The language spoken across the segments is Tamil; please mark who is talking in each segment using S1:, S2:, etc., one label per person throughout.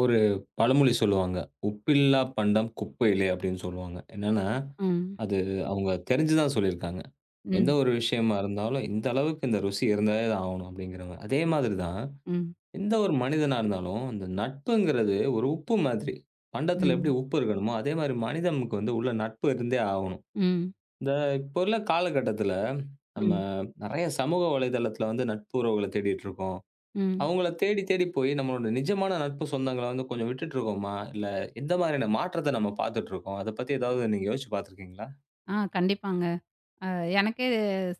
S1: ஒரு பழமொழி சொல்லுவாங்க. "உப்பில்லா பண்டம் குப்பையிலே" அப்படின்னு சொல்லுவாங்க. என்னன்னா,
S2: ஆ. ம்,
S1: அது அவங்க தெரிஞ்சு தான் சொல்லியிருக்காங்க. எந்த
S2: ம்,
S1: ஒரு விஷயமா இருந்தாலும், இந்த அளவுக்கு இந்த ருசி இருந்தாலே தான் ஆகணும் அப்படிங்கிறவங்க. அதே மாதிரி தான்,
S2: ம்,
S1: எந்த ஒரு மனிதனா இருந்தாலும், இந்த நட்புங்கிறது ஒரு உப்பு மாதிரி. பண்டத்தில
S2: ம்,
S1: எப்படி உப்பு இருக்கணுமோ, அதே மாதிரி மனிதனுக்கு வந்து உள்ள நட்பு இருந்தே ஆகணும். இந்த இப்போ உள்ள காலகட்டத்தில, நம்ம
S2: ம்,
S1: நெறைய சமூக வலைதளத்தில வந்து நட்புறவுகள தேடிட்டு இருக்கோம்.
S2: ம்.
S1: அவங்கள தேடி, தேடி போய் நம்மளோட நிஜமான நட்பு சொந்தங்கள வந்து கொஞ்சம் விட்டுட்டுருக்கோமா? இல்ல எந்த மாதிரியான மாற்றத்த நம்ம பார்த்துட்டுருக்கோம்? அத பத்தி ஏதாவது நீங்க யோசிச்சு பார்த்துருக்கீங்களா?
S2: ஆ கண்டிப்பாங்க. அ எனக்கே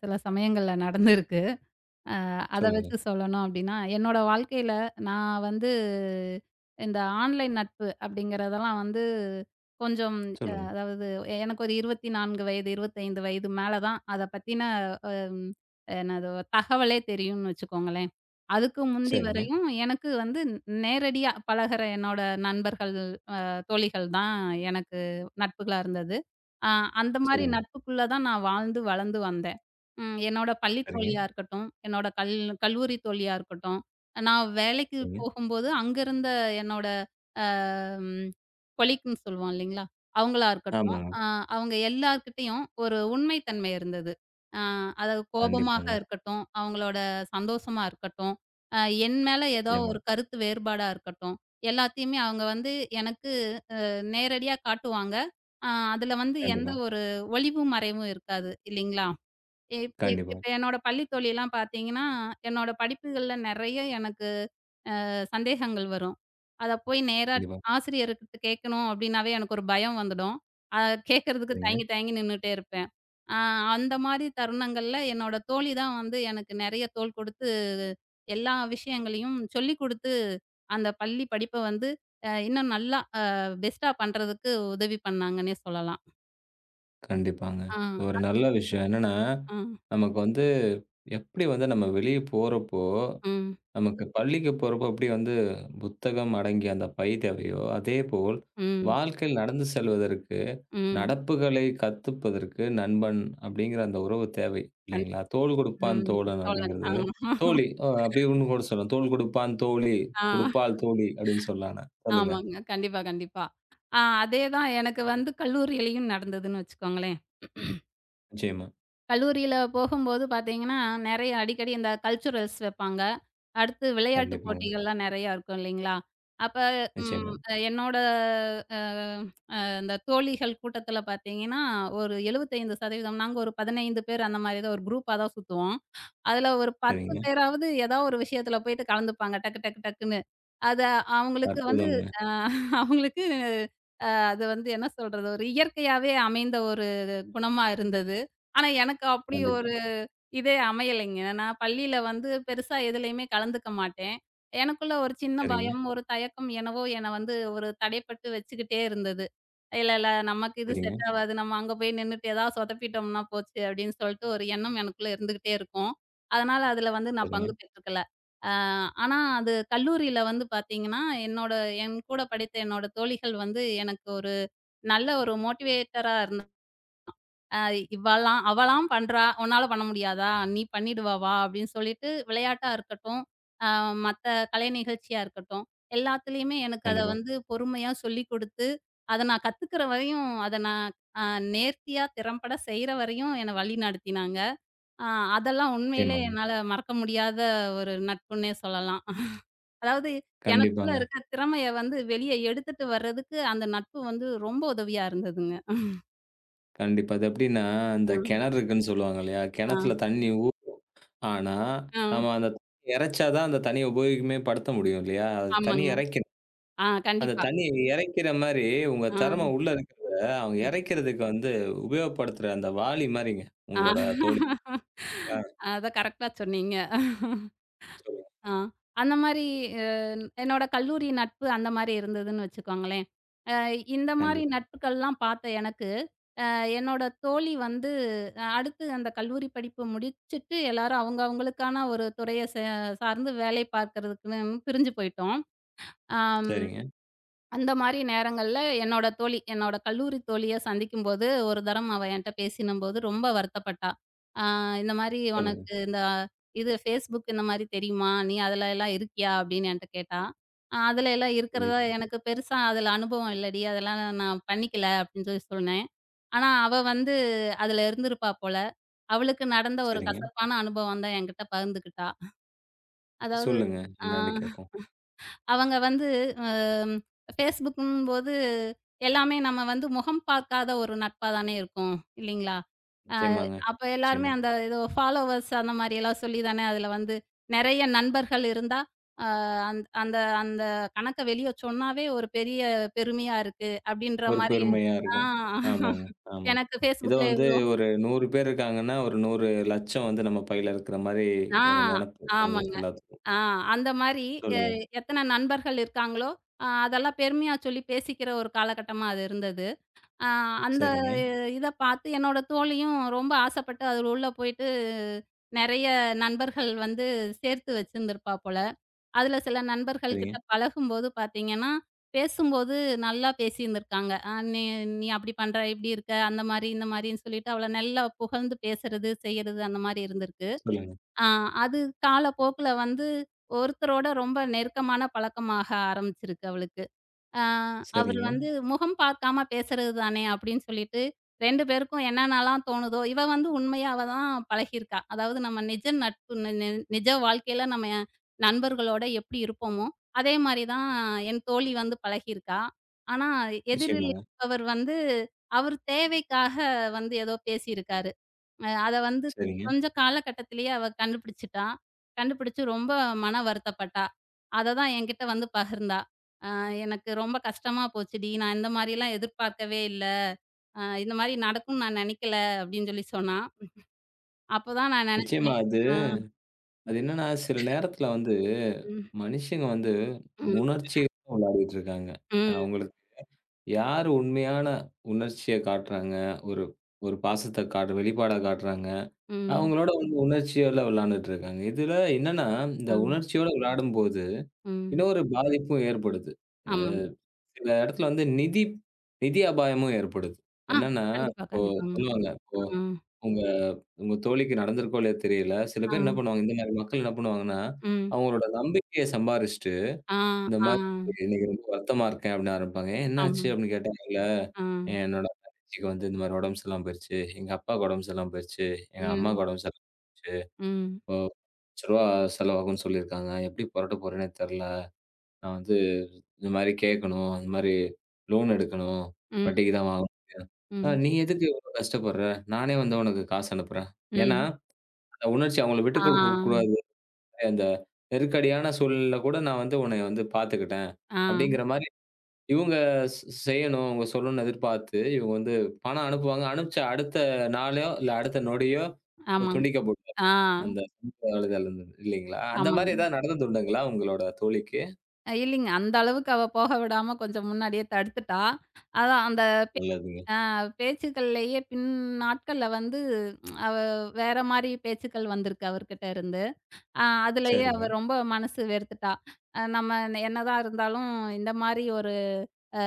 S2: சில சமயங்கள்ல நடந்திருக்கு. அ அத
S1: சொல்லுங்க,
S2: வச்சு சொல்லணும் அப்டின்னா, என்னோட வாழ்க்கையில நான் வந்து இந்த ஆன்லைன் நட்பு அப்டிங்கிறதெல்லாம் வந்து கொஞ்சம்
S1: சொல்லுங்க.
S2: அதாவது எனக்கு ஒரு 24 வயது, 25 வயது மேல தான் அத பத்தின அம் என்னது தகவலே தெரியும்னு வச்சுக்கோங்களேன். அதுக்கு முந்தி
S1: சரிங்க,
S2: வரையும் எனக்கு வந்து நேரடியா பழகுற என்னோட நண்பர்கள் தோழிகள் தான் எனக்கு நட்புகளா இருந்தது. அ அந்த மாரி சரிங்க.
S1: சொல்லுங்க.
S2: நட்புக்குள்ள தான் நான் வாழ்ந்து வளர்ந்து வந்தேன். ம் என்னோட பள்ளி
S1: சரிங்க,
S2: தோழியா இருக்கட்டும், என்னோட கல்லூரி தோழியா இருக்கட்டும், நான் வேலைக்கு
S1: சரிங்க.
S2: போகும்போது அங்க இருந்த என்னோட அ ம் கொலீக்ன்னு சொல்லுவோம் இல்லைங்களா? அவங்களா இருக்கட்டும்,
S1: ஆமாங்க.
S2: அவங்க எல்லார்கிட்டயும் ஒரு உண்மை தன்மை இருந்தது. அ அதாவது கோபமாக
S1: கண்டிப்பாங்க.
S2: இருக்கட்டும், அவங்களோட சந்தோஷமா இருக்கட்டும், அ என் மேல ஏதோ
S1: நிச்சயமா.
S2: ஒரு கருத்து வேறுபாடா இருக்கட்டும், எல்லாத்தையுமே அவங்க வந்து எனக்கு நேரடியா காட்டுவாங்க. அதுல வந்து எந்த
S1: கண்டிப்பா,
S2: ஒரு ஒளிவும், மறைவும் இருக்காது இல்லீங்களா? இப் இப்
S1: கண்டிப்பா,
S2: இப்ப என்னோட பள்ளி தோழிலாம் பார்த்தீங்கன்னா, என்னோட படிப்புகள்ல நெறைய எனக்கு சந்தேகங்கள் வரும். அத போய் நேரா
S1: கண்டிப்பா.
S2: ஆசிரியர்கிட்ட கேட்கணும் அப்டின்னாவே எனக்கு ஒரு பயம் வந்துடும். அத கேட்கறதுக்கு
S1: சரிங்க.
S2: தயங்கி தயங்கி நின்னுட்டே இருப்பேன். அ அந்த மாரி தருணங்கள்ல என்னோட தோழி தான் வந்து எனக்கு நெறைய தோள் கொடுத்து எல்லா விஷயங்களையும் சொல்லிக் குடுத்து, அந்த பள்ளி படிப்ப வந்து இன்னும் நல்லா பெஸ்ட்டா பண்றதுக்கு உதவி பண்ணாங்கன்னே சொல்லலாம்.
S1: கண்டிப்பாங்க.
S2: ஆ,
S1: ஒரு நல்ல விஷயம். என்னன்னா,
S2: ஆ,
S1: நமக்கு வந்து எப்படி வந்து நம்ம வெளிய போறப்போ
S2: ம்,
S1: நமக்கு பள்ளிக்கு போறப்போ எப்படி வந்து புத்தகம் அடங்கிய அந்த பை தேவையோ, அதேபோல்
S2: ம்,
S1: வாழ்க்கையில் நடந்து செல்வதற்கு,
S2: ம்,
S1: நடப்புகளை கத்துப்பதற்கு நண்பன் அப்படிங்கிற அந்த உறவு தேவை
S2: கண்
S1: இல்லைங்களா? தோள் கொடுப்பான்
S2: ம்.
S1: தோழன்
S2: தோழன். ஆ,
S1: அப்படிங்கிறது தோழி அ அப்படி இன்னும் கூட சொல்லலாம். தோள் கொடுப்பான் தோழி,
S2: ஆ.
S1: கொடுப்பாள் தோழி அப்படின்னு சொல்லலாம். சொல்லுங்க.
S2: ஆமாங்க. கண்டிப்பா, கண்டிப்பா. ஆ அதே தான் எனக்கு வந்து கல்லூரியிலயும் நடந்ததுன்னு வச்சுக்கோங்களேன்.
S1: நிச்சயமா.
S2: கல்லூரியில போகும்போது பார்த்தீங்கன்னா, நெறைய அடிக்கடி இந்த கல்ச்சுரல்ஸ் வைப்பாங்க. அடுத்து விளையாட்டு
S1: கண்டிப்பாங்க.
S2: போட்டிகள்லாம் நெறையா இருக்கும் இல்லைங்களா? அப்ப ம்
S1: நிச்சயமா.
S2: என்னோட அ இந்த தோழிகள் கூட்டத்தில பார்த்தீங்கன்னா, ஒரு 75% நாங்க ஒரு 15 பேர் அந்த மாரி தான் ஒரு குரூப்பா தான் சுத்துவோம். அதுல ஒரு 10
S1: சரிங்க.
S2: பேராவது ஏதாவது ஒரு விஷயத்துல போயிட்டு கலந்துப்பாங்க. டக்கு டக்கு டக்குன்னு. அத அவங்களுக்கு வந்து
S1: அற்புதங்க.
S2: அ அவங்களுக்கு அது வந்து என்ன சொல்றது? ஒரு இயற்கையாவே அமைந்த ஒரு குணமா இருந்தது. ஆனா எனக்கு அப்படி
S1: கண்டிப்பா.
S2: ஒரு இதே அமையலைங்க. நான் பள்ளியில வந்து பெருசா எதுலயுமே கலந்துக்க மாட்டேன். எனக்குள்ள ஒரு சின்ன
S1: சரிங்க,
S2: பயம், ஒரு தயக்கம் என்னவோ என்ன வந்து ஒரு தடைப்பட்டு வச்சுக்கிட்டே இருந்தது. இல்ல, இல்ல. நமக்கு இது
S1: சரிங்க,
S2: செட் ஆவாது. நம்ம அங்க போய் நின்னுட்டு ஏதாவது சொதப்பிட்டோம்னா போச்சு அப்படின்னு சொல்லிட்டு ஒரு எண்ணம் எனக்குள்ள இருந்துகிட்டே இருக்கும். அதனால அதுல வந்து நான்
S1: சரிங்க.
S2: பங்கு பெற்றுக்கல. அ ஆனா அது கல்லூரியில வந்து பார்த்தீங்கன்னா, என்னோட என் கூட படித்த என்னோட தோழிகள் வந்து எனக்கு ஒரு நல்ல ஒரு மோட்டிவேட்டரா இருந்தாங்க. அ இவளாம் அவளாம் பண்றா! உன்னால பண்ண முடியாதா? நீ பண்ணிடுவா வா! அப்படின்னு சொல்லிட்டு விளையாட்டா இருக்கட்டும், அ மத்த கலை நிகழ்ச்சியா இருக்கட்டும், எல்லாத்துலயுமே எனக்கு அத
S1: கண்டிப்பா.
S2: வந்து பொறுமையா சொல்லிக் குடுத்து, அத நான் கத்துக்கிற வரையும், அத நான் அ நேர்த்தியா திறம்பட செய்ற வரையும் என்ன வழி நடத்தினாங்க. அ அதெல்லாம் உண்மையிலே
S1: நிச்சயமாங்க.
S2: என்னால மறக்க முடியாத ஒரு நட்புன்னே சொல்லலாம். அதாவது எனக்குள்ள
S1: கண்டிப்பாங்க.
S2: இருக்க திறமைய வந்து வெளிய எடுத்துட்டு வர்றதுக்கு அந்த நட்பு வந்து ரொம்ப உதவியா இருந்ததுங்க.
S1: கண்டிப்பா. அது எப்படின்னா, அந்த
S2: அ,
S1: கிணறு இருக்குன்னு சொல்லுவாங்க இல்லையா?
S2: அ,
S1: கிணத்துல தண்ணி ஊ ஆனா,
S2: அ.
S1: நம்ம அந்த தண்ணி இறைச்சா தான் அந்த தண்ணிய உபயோகமே படுத்த முடியும் இல்லையா? அது தண்ணி
S2: ஆமாங்க.
S1: இறைக்கணும்.
S2: ஆ,
S1: அந்த
S2: கண்டிப்பா.
S1: தண்ணிய இறைக்கிற மாரி, உங்க திறமை
S2: ஆ,
S1: உள்ள இருக்கிறத, அவங்க இறைக்கிறதுக்கு வந்து உபயோகப்படுத்துற அந்த வாளி மாரிங்க.
S2: ஆ.
S1: உங்களோட தோழி. ஆ
S2: அதான் கரெக்ட்டா சொன்னீங்க.
S1: சொல்லுங்க.
S2: ஆ. அந்த மாரி அ என்னோட கல்லூரி நட்பு அந்த மாரி இருந்ததுன்னு வச்சுக்கோங்களேன். அ இந்த மாரி
S1: கண்டிப்பா.
S2: நட்புகள்லாம் பார்த்த எனக்கு, அ என்னோட தோழி வந்து அடுத்து அந்த கல்லூரி படிப்பு முடிச்சுட்டு எல்லாரும் அவங்க அவங்களுக்கான ஒரு துறைய சார்ந்து வேலை பார்க்கறதுக்குன்னு பிரிஞ்சு போயிட்டோம். ஆம்.
S1: சரிங்க.
S2: அந்த மாரி நேரங்கள்ல என்னோட தோழி, என்னோட கல்லூரி தோழிய சந்திக்கும்போது, ஒரு தரம் அவ என்ட்ட பேசினம்போது ரொம்ப வருத்தப்பட்டா. "ஆ இந்த மாரி
S1: சொல்லுங்க.
S2: உனக்கு இந்த இது Facebook இந்த மாரி தெரியுமா? நீ அதுல எல்லாம் இருக்கியா?" அப்படின்னு என்ட்ட கேட்டா. அதுல எல்லாம் இருக்கிறதா
S1: கண்டிப்பா.
S2: எனக்கு பெருசா அதுல அனுபவம் இல்லடி. அதெல்லாம் நான் பண்ணிக்கல" அப்படின்னு சொல்லி சொன்னேன். ஆனா அவ வந்து அதுல இருந்திருப்பா போல. அவளுக்கு நடந்த ஒரு
S1: சரிங்க.
S2: கசப்பான அனுபவம் தான் என்கிட்ட பகிர்ந்துக்கிட்டா. அதாவது
S1: சொல்லுங்க.
S2: ஆ.
S1: என்னான்னு கேட்போம்.
S2: அவங்க வந்து அம், Facebookங்கும்போது எல்லாமே நம்ம வந்து முகம் பார்க்காத ஒரு நட்பா தானே இருக்கும். இல்லீங்களா? அ
S1: நிச்சயமாங்க.
S2: அப்ப எல்லாருமே
S1: நிச்சயமா.
S2: அந்த ஏதோ ஃபாலோவர்ஸ் அந்த மாரியெல்லாம் சொல்லி தானே அதுல வந்து நெறைய நண்பர்கள் இருந்தா, அ அந் அந்த அந்த கணக்க வெளிய சொன்னாவே ஒரு பெரிய பெருமையா இருக்கு. அப்படின்ற
S1: ஒரு
S2: மாரி
S1: பெருமையா
S2: ஆ
S1: இருக்கும். ஆமாங்க, ஆமாங்க.
S2: எனக்கு
S1: ஏதோ
S2: Facebookல
S1: வந்து
S2: எவ்ளோ
S1: ஒரு 100 பேர் இருக்காங்கன்னா, ஒரு 100,00,000 வந்து நம்ம பையில இருக்கிற மாரி
S2: ஆ
S1: ஒரு நெனப்பு
S2: ஆமாங்க.
S1: உங்களுக்கு எல்லாத்துக்கும்.
S2: ஆ அந்த மாரி எ
S1: சொல்லுங்க.
S2: எத்தன நண்பர்கள் இருக்காங்களோ, அதெல்லாம் பெருமையா சொல்லி பேசிக்கிற ஒரு காலகட்டமா அது இருந்தது. ஆ அந்த
S1: சரிங்க,
S2: இத பார்த்து என்னோட தோழியும் ரொம்ப ஆசைப்பட்டு அதுல உள்ள போயிட்டு, நெறைய நண்பர்கள் வந்து சேர்த்து வச்சிருந்திருப்பா போல. அதுல சில நண்பர்கள் கிட்ட
S1: சரிங்க.
S2: பழகும்போது பார்த்தீங்கன்னா, பேசும்போது நல்லா பேசியிருந்திருக்காங்க. நீ நீ அப்படி பண்ற, இப்படி இருக்க, அந்த மாரி, இந்த மாரின்னு" சொல்லிட்டு அவள நல்லா புகழ்ந்து பேசுறது, செய்யறது அந்த மாரி இருந்திருக்கு.
S1: சொல்லுங்க.
S2: ஆ அது காலப்போக்குல வந்து ஒருத்தரோட ரொம்ப நெருக்கமான பழக்கமாக ஆரம்பிச்சிருக்கு அவளுக்கு. ஆ அவரு
S1: சரிங்க.
S2: வந்து முகம் பார்க்காம பேசுறது தானே அப்படின்னு சொல்லிட்டு 2 பேருக்கும் என்னென்னலாம் தோணுதோ, இவ வந்து உண்மையாவ தான் பழகியிருக்கா. அதாவது நம்ம நிஜ நட்பு நி நி நிஜ வாழ்க்கையில நம்ம நண்பர்களோட எப்படி இருப்போமோ, அதே மாரி தான் என் தோழி வந்து பழகியிருக்கா. ஆனா எதிரில்
S1: நிச்சயமாங்க.
S2: இருப்பவர் வந்து அவர் தேவைக்காக வந்து ஏதோ பேசியிருக்காரு. அத வந்து
S1: சரிங்க.
S2: கொஞ்ச காலகட்டத்திலேயே அவ கண்டுபிடிச்சுட்டா. கண்டுபிடிச்சு ரொம்ப மன வருத்தப்பட்டா. அத தான் என்கிட்ட வந்து பகிர்ந்தா. எனக்கு ரொம்ப கஷ்டமா போச்சுடி. நான் இந்த மாரிலாம் எதிர்பார்க்கவே இல்ல. இந்த மாரி நடக்கும்னு நான் நெனைக்கல அப்டின்னு சொல்லி சொன்னா. அப்பதான் நான்
S1: நிச்சயமா
S2: நெனச்சேன்.
S1: அது
S2: ஆ,
S1: அது என்னன்னா, சில நேரத்துல வந்து
S2: ம்,
S1: மனுஷங்க வந்து
S2: ம்,
S1: உணர்ச்சியோட விளையாடிட்டு இருக்காங்க.
S2: ம்,
S1: அவங்களுக்கு யார் உண்மையான உணர்ச்சிய காட்டுறாங்க, ஒரு ஒரு பாசத்த காட்டு வெளிப்பாடா காட்டுறாங்க.
S2: ம்,
S1: அவங்களோட அவங்க உணர்ச்சியோட விளையாண்டுட்டு இருக்காங்க. இதுல என்னன்னா,
S2: ஆ,
S1: இந்த உணர்ச்சியோட விளையாடும்போது,
S2: ம்.
S1: இன்னொரு பாதிப்பும் ஏற்படுது. அ
S2: ஆமாங்க.
S1: சில இடத்துல வந்து நிதி நிதி அபாயமும் ஏற்படுது.
S2: ஆ,
S1: என்னன்னா,
S2: கண்டிப்பா,
S1: இப்போ
S2: கண்டிப்பாங்க.
S1: சொல்லுவாங்க, இப்போ
S2: ஆ,
S1: உங்க உங்க தோழிக்கு நடந்திருக்கோ இல்லையோ தெரியல. சில
S2: ஆ,
S1: பேர் என்ன பண்ணுவாங்க, இந்த மாரி மக்கள் என்ன பண்ணுவாங்கன்னா,
S2: ம்.
S1: அவங்களோட நம்பிக்கைய சம்பாரிச்சுட்டு,
S2: ஆ,
S1: இந்த
S2: ஆ,
S1: மாரி "இன்னைக்கு ரொம்ப வருத்தமா இருக்கேன்" அப்படின்னு ஆரம்பிப்பாங்க. "ஏன்
S2: ஆமா.
S1: என்னாச்சு?" அப்படின்னு கேட்டா, "இல்ல
S2: ஆ,
S1: என்னோட தங்கச்சிக்கு வந்து இந்த மாரி உடம்பு சரியில்லாம போயிருச்சு. எங்க அப்பாவுக்கு உடம்பு சரியில்லாம போயிருச்சு. எங்க
S2: ம்,
S1: அம்மாவுக்கு உடம்பு சரியில்லாம போயிருச்சு."
S2: ம்,
S1: ஓ! ரூ. 1000 செலவாகும்ன்னு சொல்லியிருக்காங்க. எப்படி புரட்ட போறேன்னே தெரியல. நான் வந்து இந்த மாரி கேட்கணும். இந்த மாரி லோன் எடுக்கணும்.
S2: ம்,
S1: வட்டிக்கு தான் வாங்கணும். "அ
S2: ம்,
S1: நீ எதுக்கு இவ்வளோ கஷ்டப்படுற? நானே வந்து உனக்கு காசு அனுப்புறேன்." ஏன்னா,
S2: ம்.
S1: அந்த உணர்ச்சி அவங்கள
S2: ஆ,
S1: விட்டுக் கொடுக்கக் கூடாது. அந்த நெருக்கடியான சூழல்ல கூட நான் வந்து உன்னைய வந்து பார்த்துக்கிட்டேன்.
S2: ஆ,
S1: அப்படிங்கிற மாரி இவங்க ஸ் செய்யணும், அவங்க சொல்லணும்னு எதிர்பார்த்து, இவங்க வந்து பணம் அனுப்புவாங்க. அனுப்பிச்ச அடுத்த நாளோ, இல்ல அடுத்த நொடியோ
S2: ஆமாங்க.
S1: துண்டிக்கப்படும்.
S2: ஆ,
S1: அந்த அழுதல் இருந்தது இல்லைங்களா? அந்த மாரி
S2: ஆமாங்க.
S1: ஏதாவது நடந்ததுண்டுங்களா உங்களோட தோழிக்கு?
S2: இல்லைங்க. அந்த அளவுக்கு அவ போக விடாம கொஞ்சம் முன்னாடியே தடுத்துட்டா. அதான் அந்த
S1: நல்லதுங்க.
S2: பேச்சுக்கள்லயே பின் நாட்கள்ல வந்து அவ வேற மாரி பேச்சுக்கள் வந்திருக்கு அவர்கிட்ட இருந்து. அதுலயே
S1: சரிங்க.
S2: அவ ரொம்ப மனசு வேர்த்துட்டா. நம்ம என்னதான் இருந்தாலும் இந்த மாரி ஒரு அ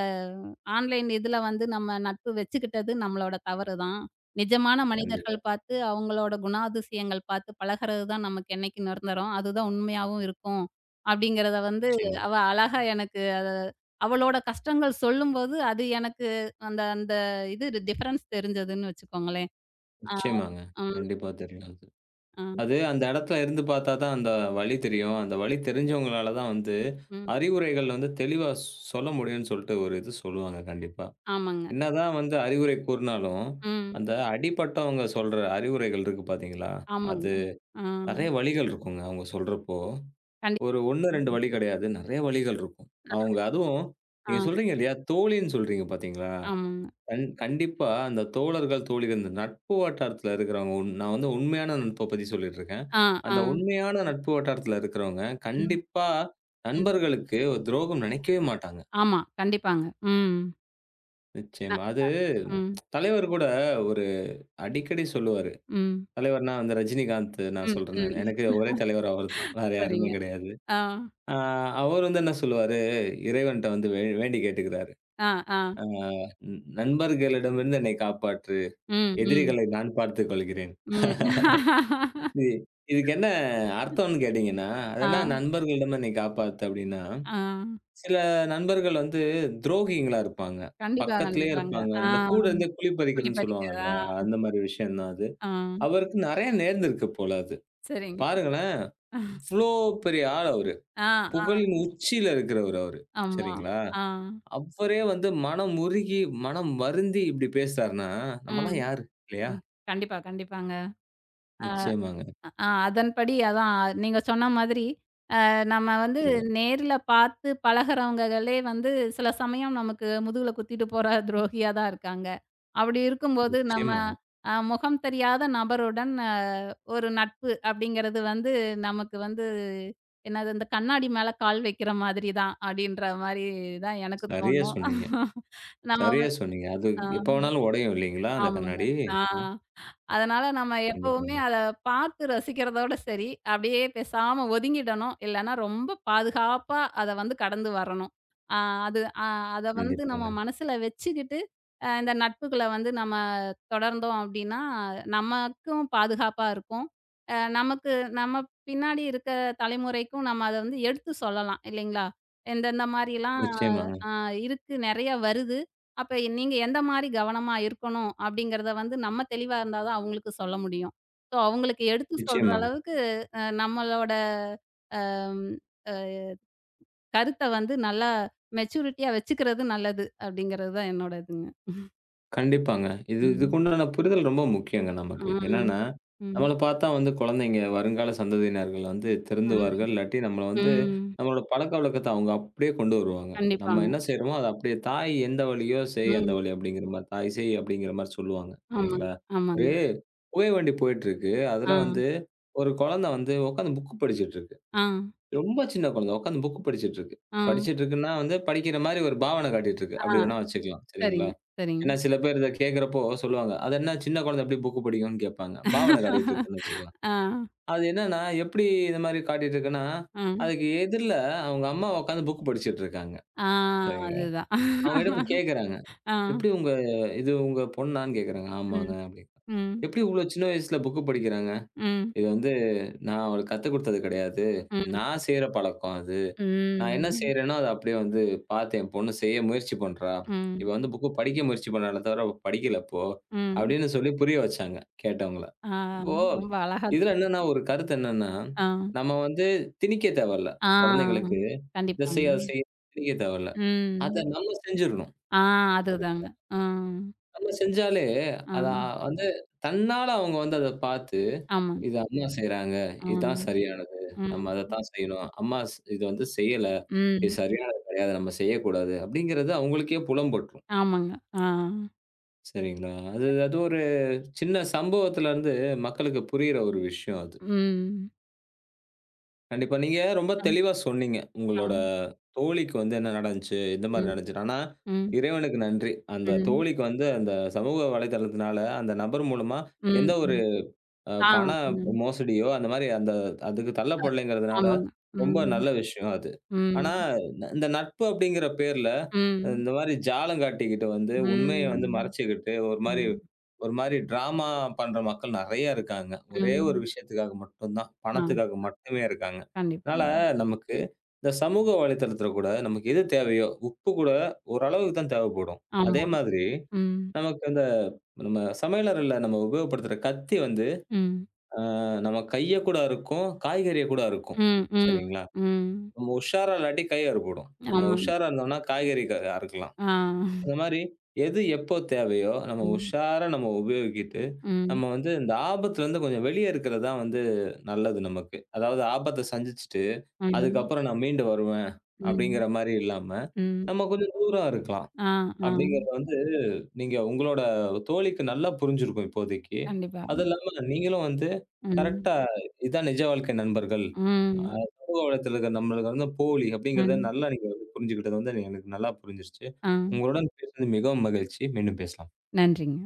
S2: ஆன்லைன் இதுல வந்து நம்ம நட்பு வச்சுக்கிட்டது நம்மளோட தவறு தான். நிஜமான
S1: கண்டிப்பா.
S2: மனிதர்கள் பார்த்து, அவங்களோட குணாதிசயங்கள் பார்த்து பழகுறது தான் நமக்கு என்னைக்கும் நிரந்தரம். அதுதான் உண்மையாவும் இருக்கும். அப்படிங்கிறத வந்து
S1: நிச்சயமா.
S2: அவ அழகா எனக்கு அத அவளோட கஷ்டங்கள் சொல்லும்போது, அது எனக்கு அந்த அந்த இது டிஃபரன்ஸ் தெரிஞ்சதுன்னு வச்சுக்கோங்களேன். ஆ,
S1: நிச்சயமாங்க.
S2: ம்,
S1: கண்டிப்பா தெரியும் அது.
S2: ஆ,
S1: அது அந்த இடத்துல இருந்து பார்த்தா தான் அந்த வழி தெரியும். அந்த வழி தெரிஞ்சவங்களால தான் வந்து
S2: ம்.
S1: அறிவுரைகள் வந்து தெளிவா சொல்ல முடியும்னு சொல்லிட்டு ஒரு இது சொல்லுவாங்க கண்டிப்பா.
S2: ஆமாங்க.
S1: என்னதான் வந்து அறிவுரை கூறினாலும்,
S2: ம்.
S1: அந்த அடிபட்டவங்க சொல்ற அறிவுரைகள் இருக்கு பார்த்தீங்களா?
S2: ஆமாங்க.
S1: அது
S2: ஆ.
S1: நெறைய வழிகள் இருக்குங்க அவங்க சொல்றப்போ.
S2: கண்டிப்
S1: ஒரு 1, 2 வழி கிடையாது. நெறைய வழிகள் இருக்கும். அவங்க அதுவும்
S2: ஆ,
S1: நீங்க சொல்றீங்க இல்லையா? தோழின்னு சொல்றீங்க பார்த்தீங்களா?
S2: ஆமாங்க.
S1: கண்டிப்பா அந்த தோழர்கள், தோழிகள் இந்த நட்பு வட்டாரத்தில இருக்கிறவங்க உண் நான் வந்து உண்மையான நட்ப பத்தி சொல்லிட்டு இருக்கேன்.
S2: ஆ, ஆ.
S1: அந்த உண்மையான நட்பு வட்டாரத்தில இருக்கிறவங்க
S2: ம்,
S1: கண்டிப்பா
S2: ம்.
S1: நண்பர்களுக்கு ஒரு துரோகம் நினைக்கவே மாட்டாங்க.
S2: ஆமா. கண்டிப்பாங்க. ம். ந
S1: நிச்சயமா. அது
S2: ம்,
S1: தலைவர் கூட ஒரு அடிக்கடி சொல்லுவாரு.
S2: ம்,
S1: தலைவர்னா வந்து ரஜினிகாந்த் நான்
S2: ம்,
S1: சொல்றேன் நானு.
S2: ம்.
S1: எனக்கு ஒரே தலைவர் அவர்தான். வேற யாருமே
S2: சரிங்க.
S1: கிடையாது.
S2: ஆ,
S1: ஆ அவரு வந்து என்ன சொல்லுவாரு, இறைவன்ட்ட வந்து வேண்டிக் கேட்டுக்கிறாரு.
S2: ஆ, ஆ.
S1: ஆ நண்பர்களிடமிருந்து என்னை காப்பாற்று.
S2: ம், ம்,
S1: எதிரிகளை நான் பார்த்துக் கொள்கிறேன்."
S2: ம்.
S1: இது இதுக்கு என்ன அர்த்தம்னு கேட்டீங்கன்னா, அது
S2: ஆ,
S1: என்ன நண்பர்களிடம் என்னை காப்பாத்து அப்டின்னா,
S2: ஆ.
S1: சில நண்பர்கள் வந்து துரோகிங்களா இருப்பாங்க.
S2: கண்டிப்பா,
S1: பக்கத்திலேயே
S2: கண்டிப்பாங்க.
S1: இருப்பாங்க.
S2: ஆ
S1: இந்த கூட இருந்தே குழி
S2: குழி
S1: பறிக்கிறதுன்னு
S2: பறிக்க. ஆ,
S1: சொல்லுவாங்கல்ல, அந்த மாரி விஷயம் தான் அது.
S2: ஆ.
S1: அவருக்கு நெறைய நேர்ந்திருக்கு போல அது.
S2: சரிங்க.
S1: பாருங்களேன்,
S2: ஆ,
S1: இவ்ளோ பெரிய ஆள் அவரு.
S2: ஆ.
S1: புகழின் உச்சியில இருக்கிறவரு அவரு.
S2: ஆமா.
S1: சரிங்களா?
S2: ஆ.
S1: அவரே வந்து மனம் உருகி, மனம் வருந்தி இப்படி பேசுறாருன்னா,
S2: ம்,
S1: நம்மலாம் யாரு? இல்லையா?
S2: ம். கண்டிப்பா, கண்டிப்பாங்க. ஆ,
S1: நிச்சயமாங்க.
S2: ஆ அதன்படி அதான் நீங்க சொன்ன மாதிரி நம்ம வந்து
S1: கண்டிப்பா.
S2: நேர்ல பார்த்து பழகுறவங்களே வந்து சில சமயம் நமக்கு முதுகுல குத்திட்டு போற துரோகியா தான் இருக்காங்க. அப்படி இருக்கும்போது நம்ம
S1: நிச்சயமாங்க.
S2: முகம் தெரியாத நபருடன் ஒரு நட்பு அப்படிங்கிறது வந்து நமக்கு வந்து என்னது இந்த கண்ணாடி மேல கால் வைக்கிற மாதிரி தான் அப்படின்ற மாரி தான் எனக்கு
S1: சரியா
S2: தோணும்.
S1: சொன்னீங்க.
S2: நம்ம
S1: சரியா சொன்னீங்க. அது
S2: அ
S1: எப்ப வேணாலும் உடையும் இல்லைங்களா? அந்த
S2: ஆமாங்க.
S1: கண்ணாடி.
S2: ஆ.
S1: அ
S2: அதனால நம்ம எப்பவுமே
S1: கண்டிப்பாங்க.
S2: அத பார்த்து ரசிக்கிறதோட சரி, அப்படியே பேசாம ஒதுங்கிடணும். இல்லன்னா ரொம்ப பாதுகாப்பா அத வந்து கடந்து வரணும். ஆ அது அத வந்து நம்ம
S1: கண்டிப்பாங்க.
S2: மனசுல வச்சுக்கிட்டு, இந்த நட்புகள வந்து நம்ம தொடர்ந்தோம் அப்படின்னா, நமக்கும் பாதுகாப்பா இருக்கும். நமக்கு நம்ம பின்னாடி இருக்க தலைமுறைக்கும் நம்ம அத வந்து எடுத்து சொல்லலாம் இல்லைங்களா? இந்தந்த மாரிலாம்
S1: நிச்சயமாங்க.
S2: அ இருக்கு, நெறைய வருது. அப்ப நீங்க எந்த மாரி கவனமா இருக்கணும் அப்படிங்கிறத வந்து நம்ம தெளிவா இருந்தா தான் அவங்களுக்கு சொல்ல முடியும். ஸோ அவங்களுக்கு எடுத்து சொல்ற
S1: நிச்சயமாங்க.
S2: அளவுக்கு நம்மளோட ம் அ கருத்த வந்து நல்லா மெச்சூரிட்டியா வச்சுக்கிறது நல்லது அப்படிங்கிறது தான் என்னோட இதுங்க.
S1: கண்டிப்பாங்க. இது
S2: ம்.
S1: இதுக்குண்டான புரிதல் ரொம்ப முக்கியங்க நமக்கு.
S2: ம்.
S1: என்னன்னா,
S2: ம்.
S1: நம்மள பார்த்தா வந்து குழந்தைங்க, வருங்கால சந்ததியினர்கள் வந்து
S2: ம்.
S1: திருந்துவார்கள். இல்லாட்டி நம்மள வந்து
S2: ம்.
S1: நம்மளோட பழக்கவழக்கத்த அவங்க அப்படியே கொண்டு வருவாங்க. நம்ம
S2: கண்டிப்பாங்க.
S1: என்ன செய்றோமோ, அத அப்படியே "தாய் எந்த வழியோ செய் அந்த
S2: ம்.
S1: வழி" அப்படிங்கிற மாரி, "தாய் செய்" அப்படிங்கிற மாரி சொல்லுவாங்க.
S2: ஆமாங்க.
S1: சரிங்களா?
S2: ஆமாங்க.
S1: ஒரு புகை வண்டி போயிட்டுருக்கு.
S2: ஆ.
S1: அதுல வந்து ஒரு குழந்தை வந்து உட்காந்து புக் படிச்சுட்டு இருக்கு.
S2: ஆ.
S1: ரொம்ப சின்ன குழந்தை. உட்காந்து புக் படிச்சிட்டு இருக்கு.
S2: ஆ.
S1: படிச்சிட்டு இருக்குன்னா வந்து, படிக்கிற மாரி ஒரு பாவனை காட்டிட்டு இருக்கு.
S2: ஆ.
S1: அப்படி வேணா வச்சுக்கலாம். சரிங்களா?
S2: சரிங்க. சரிங்க.
S1: ஏன்னா சில பேர் இத கேட்கிறப்போ சொல்லுவாங்க. "அது என்ன சின்ன குழந்தை எப்படி புக் படிக்கும்னு?" கேட்பாங்க. பாவனை காட்டிட்டு இருக்குன்னு வச்சுக்கலாம்.
S2: ஆ.
S1: அது என்னன்னா, எப்படி இந்த மாரி காட்டிட்டு இருக்குன்னா,
S2: ஆ.
S1: அதுக்கு எதிர்ல அவங்க அம்மா உட்காந்து புக் படிச்சிட்டு இருக்காங்க.
S2: ஆ.
S1: சரிங்களா?
S2: அதுதான்.
S1: அவங்ககிட்ட போய் கேட்கறாங்க.
S2: ஆ.
S1: "எப்படி உங்க இது உங்க பொண்ணான்னு?" கேட்கறாங்க.
S2: ம்.
S1: "ஆமாங்க" அப்படின்னு.
S2: ம்.
S1: "எப்படி இவ்வளோ சின்ன வயசுல புக் படிக்கிறாங்க?"
S2: ம்.
S1: "இது வந்து நான் அவளுக்கு கத்துக் குடுத்தது கிடையாது.
S2: ம்.
S1: நான் செய்ற பழக்கம் அது." நான் என்ன
S2: ம்.
S1: செய்றேனோ, அத அப்படியே வந்து பார்த்து என் பொண்ணு செய்ய முயற்சி பண்றா.
S2: ம்.
S1: இவ வந்து புக்கு படிக்க முயற்சி பண்ணாளே தவிர, அவ படிக்கல அப்போ.
S2: ம்.
S1: அப்படின்னு சொல்லி புரிய வச்சாங்க, கேட்டவங்கள.
S2: ஆ
S1: இப்போ
S2: ரொம்ப அழகா
S1: இதுல என்னன்னா,
S2: சொன்னீங்க.
S1: ஒரு கருத்து என்னன்னா,
S2: ஆ.
S1: நம்ம வந்து திணிக்க தேவையில்ல.
S2: ஆ.
S1: குழந்தைங்களுக்கு இத
S2: கண்டிப்பாங்க.
S1: செய், அத செய் திணிக்க தேவையில்ல. அத
S2: ம்.
S1: நம்ம செஞ்சுரணும்.
S2: ஆ அதுதாங்க. ஆ.
S1: நம்ம செஞ்சாலே,
S2: ஆ.
S1: அத வந்து தன்னால அவங்க வந்து அத பார்த்து
S2: ஆமாங்க.
S1: இது அம்மா செய்றாங்க.
S2: ஆ.
S1: இதுதான் சரியானது. நம்ம
S2: ம்.
S1: அதத்தான் செய்யணும். அம்மா ஸ் இது வந்து செய்யல. இது
S2: ம்.
S1: சரியானது கிடையாது. நம்ம செய்யக்கூடாது. அப்படிங்கிறது அவங்களுக்கே புலம்பட்டுரும்.
S2: ஆமாங்க. ஆ.
S1: சரிங்களா? அது அது ஒரு சின்ன சம்பவத்திலருந்து மக்களுக்கு புரியிற ஒரு விஷயம் அது.
S2: ம்.
S1: கண்டிப்பா. நீங்க ரொம்ப
S2: அ,
S1: தெளிவா சொன்னீங்க.
S2: ஆ.
S1: உங்களோட தோழிக்கு வந்து என்ன நடந்துச்சு? எந்த மாரி
S2: ம்.
S1: நடந்துச்சு? ஆனா,
S2: ம்.
S1: இறைவனுக்கு நன்றி. அந்த
S2: ம்.
S1: தோழிக்கு வந்து அந்த சமூக வலைதளத்தினால அந்த நபர் மூலமா
S2: ம்.
S1: எந்த ஒரு
S2: ம்.
S1: அ
S2: ஆ.
S1: பண
S2: ம்.
S1: மோசடியோ, அந்த மாரி அந்த அதுக்கு
S2: அ
S1: தள்ளப்படலைங்கிறதுனால,
S2: ஆமாங்க.
S1: ரொம்ப
S2: ம்.
S1: நல்ல விஷயம் அது.
S2: ம்.
S1: ஆனா, இந்த நட்பு அப்படிங்கிற பேர்ல,
S2: ம்.
S1: இந்த மாரி ஜாலம் காட்டிக்கிட்டு வந்து, உண்மைய வந்து
S2: ம்.
S1: மறைச்சுக்கிட்டு, ஒரு மாரி
S2: ம்.
S1: ஒரு மாரி டிராமா பண்ற மக்கள் நெறைய இருக்காங்க. ஒரே ஒரு
S2: ம்.
S1: விஷயத்துக்காக மட்டும் தான்.
S2: ஆ.
S1: பணத்துக்காக மட்டுமே இருக்காங்க.
S2: கண்டிப்பா.
S1: அதனால நமக்கு இந்த சமூக வலைத்தளத்துல கூட நமக்கு எது தேவையோ, உப்பு கூட ஓரளவுக்கு தான் தேவைப்படும். அதே
S2: ஆமா.
S1: மாதிரி
S2: ம்.
S1: நமக்கு அந்த நம்ம சமையலறையில நம்ம உபயோகப்படுத்துற கத்தி வந்து
S2: ம்.
S1: ஆ நம்ம கைய கூட அறுக்கும், காய்கறிய கூட அறுக்கும்.
S2: ம், ம்,
S1: சரிங்களா?
S2: ம்.
S1: நம்ம உஷாரா இல்லாட்டி கை அறுபடும். நம்ம
S2: ஆமாங்க.
S1: உஷாரா இருந்தோம்னா காய்கறி க அறுக்கலாம்.
S2: ஆ.
S1: அந்த மாரி எது எப்போ தேவையோ, நம்ம
S2: ம்,
S1: உஷாரா நம்ம உபயோகித்து,
S2: ம்,
S1: நம்ம வந்து இந்த ஆபத்துலருந்து கொஞ்சம் வெளிய இருக்கிறது தான் வந்து நல்லது நமக்கு. அதாவது ஆபத்த சந்திச்சுட்டு,
S2: ம்,
S1: அதுக்கப்புறம் நான் மீண்டு வருவேன்,
S2: ம்,
S1: அப்படிங்கிற மாரி இல்லாம,
S2: ம்.
S1: நம்ம கொஞ்சம் தூரம் இருக்கலாம்.
S2: ஆ, ஆ.
S1: அப்படிங்கிறது வந்து நீங்க உங்களோட தோழிக்கு நல்லா புரிஞ்சிருக்கும் இப்போதைக்கு.
S2: கண்டிப்பா.
S1: அது இல்லாம நீங்களும் வந்து
S2: ம்,
S1: கரெக்ட்டா இதான் நிஜ வாழ்க்கை நண்பர்கள். அ
S2: ம்,
S1: சமூக வலைத்தளத்துல இருக்கிற நம்மளுக்கு வந்து போலி அப்படிங்கிறத
S2: ம்.
S1: நல்லா நீங்க வந்து புரிஞ்சுகிட்டது வந்து எனக்கு நல்லா புரிஞ்சிருச்சு.
S2: ஆ.
S1: உங்களுடன் பேசினது மிகவும் மகிழ்ச்சி. மீண்டும் பேசலாம்.
S2: நன்றிங்க.